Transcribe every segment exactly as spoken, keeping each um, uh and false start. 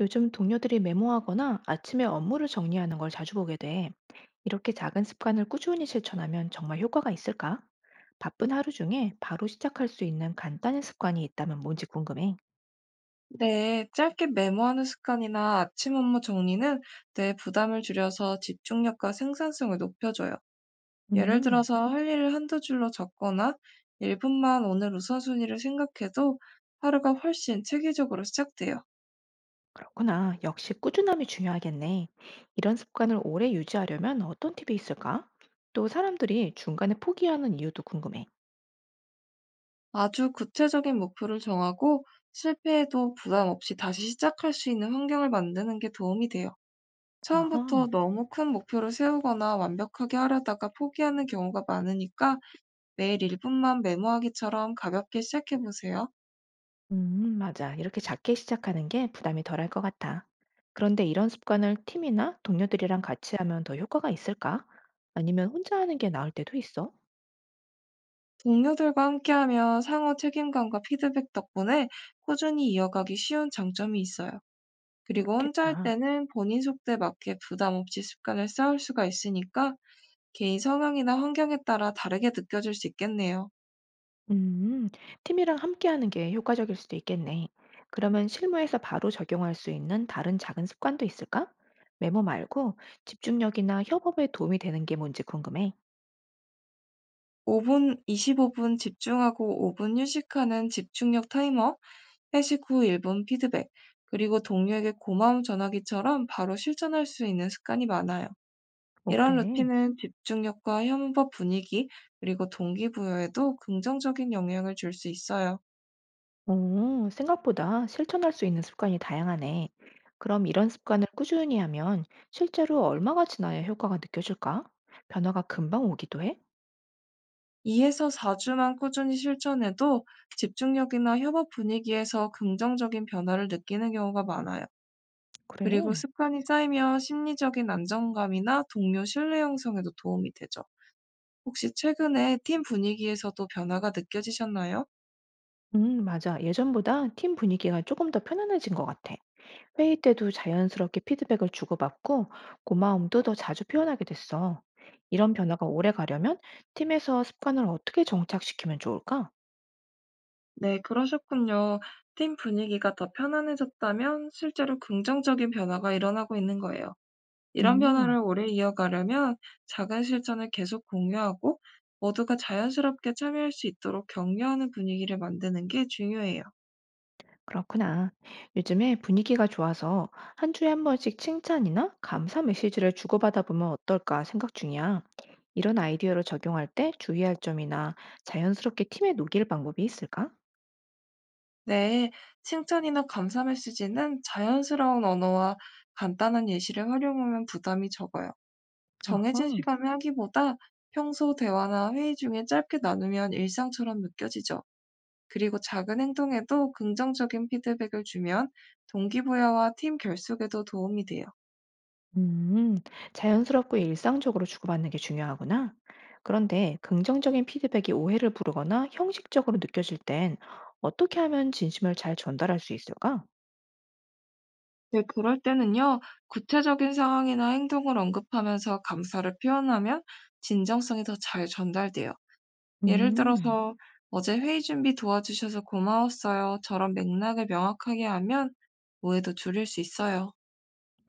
요즘 동료들이 메모하거나 아침에 업무를 정리하는 걸 자주 보게 돼. 이렇게 작은 습관을 꾸준히 실천하면 정말 효과가 있을까? 바쁜 하루 중에 바로 시작할 수 있는 간단한 습관이 있다면 뭔지 궁금해. 네, 짧게 메모하는 습관이나 아침 업무 정리는 뇌 부담을 줄여서 집중력과 생산성을 높여줘요. 예를 음, 들어서 할 일을 한두 줄로 적거나 일 분만 오늘 우선순위를 생각해도 하루가 훨씬 체계적으로 시작돼요. 그렇구나. 역시 꾸준함이 중요하겠네. 이런 습관을 오래 유지하려면 어떤 팁이 있을까? 또 사람들이 중간에 포기하는 이유도 궁금해. 아주 구체적인 목표를 정하고 실패해도 부담 없이 다시 시작할 수 있는 환경을 만드는 게 도움이 돼요. 아하. 처음부터 너무 큰 목표를 세우거나 완벽하게 하려다가 포기하는 경우가 많으니까 매일 일 분만 메모하기처럼 가볍게 시작해보세요. 음, 맞아. 이렇게 작게 시작하는 게 부담이 덜할 것 같아. 그런데 이런 습관을 팀이나 동료들이랑 같이 하면 더 효과가 있을까? 아니면 혼자 하는 게 나을 때도 있어? 동료들과 함께하며 상호 책임감과 피드백 덕분에 꾸준히 이어가기 쉬운 장점이 있어요. 그리고 혼자 할 그렇겠다. 때는 본인 속도에 맞게 부담 없이 습관을 쌓을 수가 있으니까 개인 성향이나 환경에 따라 다르게 느껴질 수 있겠네요. 음, 팀이랑 함께 하는 게 효과적일 수도 있겠네. 그러면 실무에서 바로 적용할 수 있는 다른 작은 습관도 있을까? 메모 말고 집중력이나 협업에 도움이 되는 게 뭔지 궁금해. 오 분, 이십오 분 집중하고 오 분 휴식하는 집중력 타이머, 회식 후 일 분 피드백, 그리고 동료에게 고마움 전하기처럼 바로 실천할 수 있는 습관이 많아요. 오, 이런 그래. 루틴은 집중력과 협업 분위기, 그리고 동기부여에도 긍정적인 영향을 줄 수 있어요. 오, 생각보다 실천할 수 있는 습관이 다양하네. 그럼 이런 습관을 꾸준히 하면 실제로 얼마가 지나야 효과가 느껴질까? 변화가 금방 오기도 해? 이에서 사 주만 꾸준히 실천해도 집중력이나 협업 분위기에서 긍정적인 변화를 느끼는 경우가 많아요. 그리고 그래. 습관이 쌓이면 심리적인 안정감이나 동료 신뢰 형성에도 도움이 되죠. 혹시 최근에 팀 분위기에서도 변화가 느껴지셨나요? 음, 맞아. 예전보다 팀 분위기가 조금 더 편안해진 것 같아. 회의 때도 자연스럽게 피드백을 주고받고 고마움도 더 자주 표현하게 됐어. 이런 변화가 오래 가려면 팀에서 습관을 어떻게 정착시키면 좋을까? 네, 그러셨군요. 팀 분위기가 더 편안해졌다면 실제로 긍정적인 변화가 일어나고 있는 거예요. 이런 변화를 음. 오래 이어가려면 작은 실천을 계속 공유하고 모두가 자연스럽게 참여할 수 있도록 격려하는 분위기를 만드는 게 중요해요. 그렇구나. 요즘에 분위기가 좋아서 한 주에 한 번씩 칭찬이나 감사 메시지를 주고받아 보면 어떨까 생각 중이야. 이런 아이디어를 적용할 때 주의할 점이나 자연스럽게 팀에 녹일 방법이 있을까? 네, 칭찬이나 감사 메시지는 자연스러운 언어와 간단한 예시를 활용하면 부담이 적어요. 어허. 정해진 시간에 하기보다 평소 대화나 회의 중에 짧게 나누면 일상처럼 느껴지죠. 그리고 작은 행동에도 긍정적인 피드백을 주면 동기부여와 팀 결속에도 도움이 돼요. 음, 자연스럽고 일상적으로 주고받는 게 중요하구나. 그런데 긍정적인 피드백이 오해를 부르거나 형식적으로 느껴질 땐 어떻게 하면 진심을 잘 전달할 수 있을까? 네, 그럴 때는요, 구체적인 상황이나 행동을 언급하면서 감사를 표현하면 진정성이 더 잘 전달돼요. 예를 음. 들어서, 음, 어제 회의 준비 도와주셔서 고마웠어요. 저런 맥락을 명확하게 하면 오해도 줄일 수 있어요.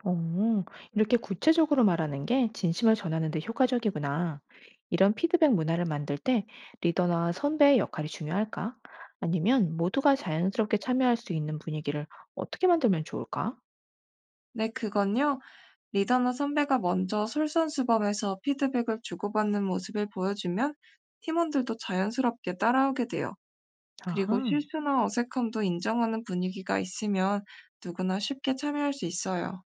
어, 이렇게 구체적으로 말하는 게 진심을 전하는 데 효과적이구나. 이런 피드백 문화를 만들 때 리더나 선배의 역할이 중요할까? 아니면 모두가 자연스럽게 참여할 수 있는 분위기를 어떻게 만들면 좋을까? 네, 그건요, 리더나 선배가 먼저 솔선수범해서 피드백을 주고받는 모습을 보여주면 팀원들도 자연스럽게 따라오게 돼요. 그리고 아하, 실수나 어색함도 인정하는 분위기가 있으면 누구나 쉽게 참여할 수 있어요.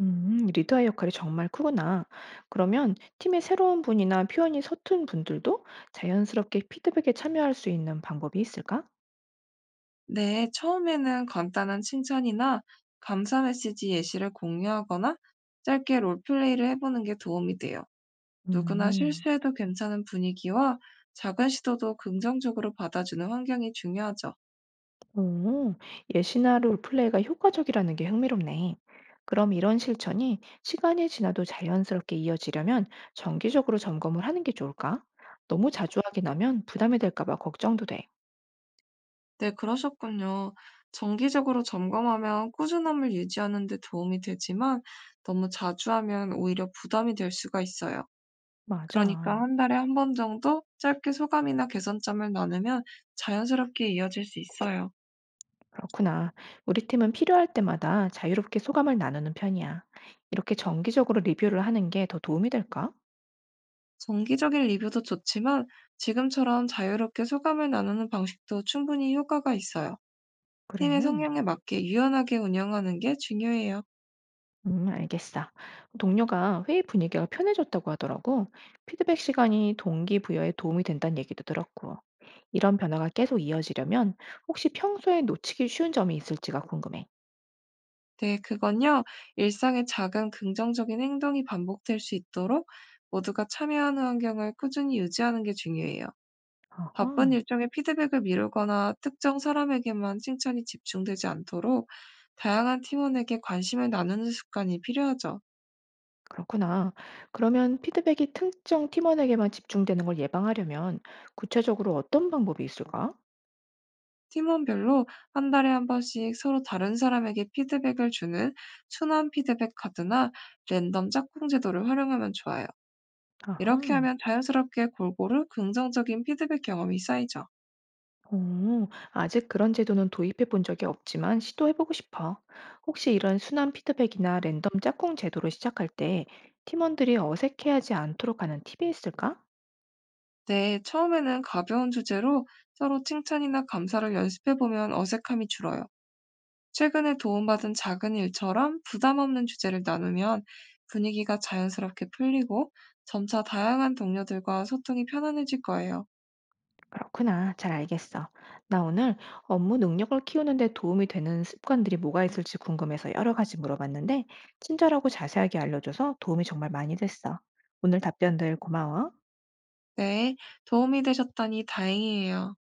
음, 리더의 역할이 정말 크구나. 그러면 팀의 새로운 분이나 표현이 서툰 분들도 자연스럽게 피드백에 참여할 수 있는 방법이 있을까? 네, 처음에는 간단한 칭찬이나 감사 메시지 예시를 공유하거나 짧게 롤플레이를 해보는 게 도움이 돼요. 누구나 음. 실수해도 괜찮은 분위기와 작은 시도도 긍정적으로 받아주는 환경이 중요하죠. 오, 예시나 롤플레이가 효과적이라는 게 흥미롭네. 그럼 이런 실천이 시간이 지나도 자연스럽게 이어지려면 정기적으로 점검을 하는 게 좋을까? 너무 자주 하긴 하면 부담이 될까 봐 걱정도 돼. 네, 그러셨군요. 정기적으로 점검하면 꾸준함을 유지하는 데 도움이 되지만 너무 자주 하면 오히려 부담이 될 수가 있어요. 맞아. 그러니까 한 달에 한 번 정도 짧게 소감이나 개선점을 나누면 자연스럽게 이어질 수 있어요. 그렇구나. 우리 팀은 필요할 때마다 자유롭게 소감을 나누는 편이야. 이렇게 정기적으로 리뷰를 하는 게 더 도움이 될까? 정기적인 리뷰도 좋지만 지금처럼 자유롭게 소감을 나누는 방식도 충분히 효과가 있어요. 팀의 그래. 성향에 맞게 유연하게 운영하는 게 중요해요. 음, 알겠어. 동료가 회의 분위기가 편해졌다고 하더라고. 피드백 시간이 동기부여에 도움이 된다는 얘기도 들었고. 이런 변화가 계속 이어지려면 혹시 평소에 놓치기 쉬운 점이 있을지가 궁금해. 네, 그건요. 일상의 작은 긍정적인 행동이 반복될 수 있도록 모두가 참여하는 환경을 꾸준히 유지하는 게 중요해요. 바쁜 아하, 일정에 피드백을 미루거나 특정 사람에게만 칭찬이 집중되지 않도록 다양한 팀원에게 관심을 나누는 습관이 필요하죠. 그렇구나. 그러면 피드백이 특정 팀원에게만 집중되는 걸 예방하려면 구체적으로 어떤 방법이 있을까? 팀원별로 한 달에 한 번씩 서로 다른 사람에게 피드백을 주는 순환 피드백 카드나 랜덤 짝꿍 제도를 활용하면 좋아요. 이렇게 아하. 하면 자연스럽게 골고루 긍정적인 피드백 경험이 쌓이죠. 오, 아직 그런 제도는 도입해 본 적이 없지만 시도해 보고 싶어. 혹시 이런 순환 피드백이나 랜덤 짝꿍 제도를 시작할 때 팀원들이 어색해하지 않도록 하는 팁이 있을까? 네, 처음에는 가벼운 주제로 서로 칭찬이나 감사를 연습해 보면 어색함이 줄어요. 최근에 도움받은 작은 일처럼 부담 없는 주제를 나누면 분위기가 자연스럽게 풀리고 점차 다양한 동료들과 소통이 편안해질 거예요. 그렇구나. 잘 알겠어. 나 오늘 업무 능력을 키우는데 도움이 되는 습관들이 뭐가 있을지 궁금해서 여러 가지 물어봤는데, 친절하고 자세하게 알려줘서 도움이 정말 많이 됐어. 오늘 답변들 고마워. 네. 도움이 되셨다니 다행이에요.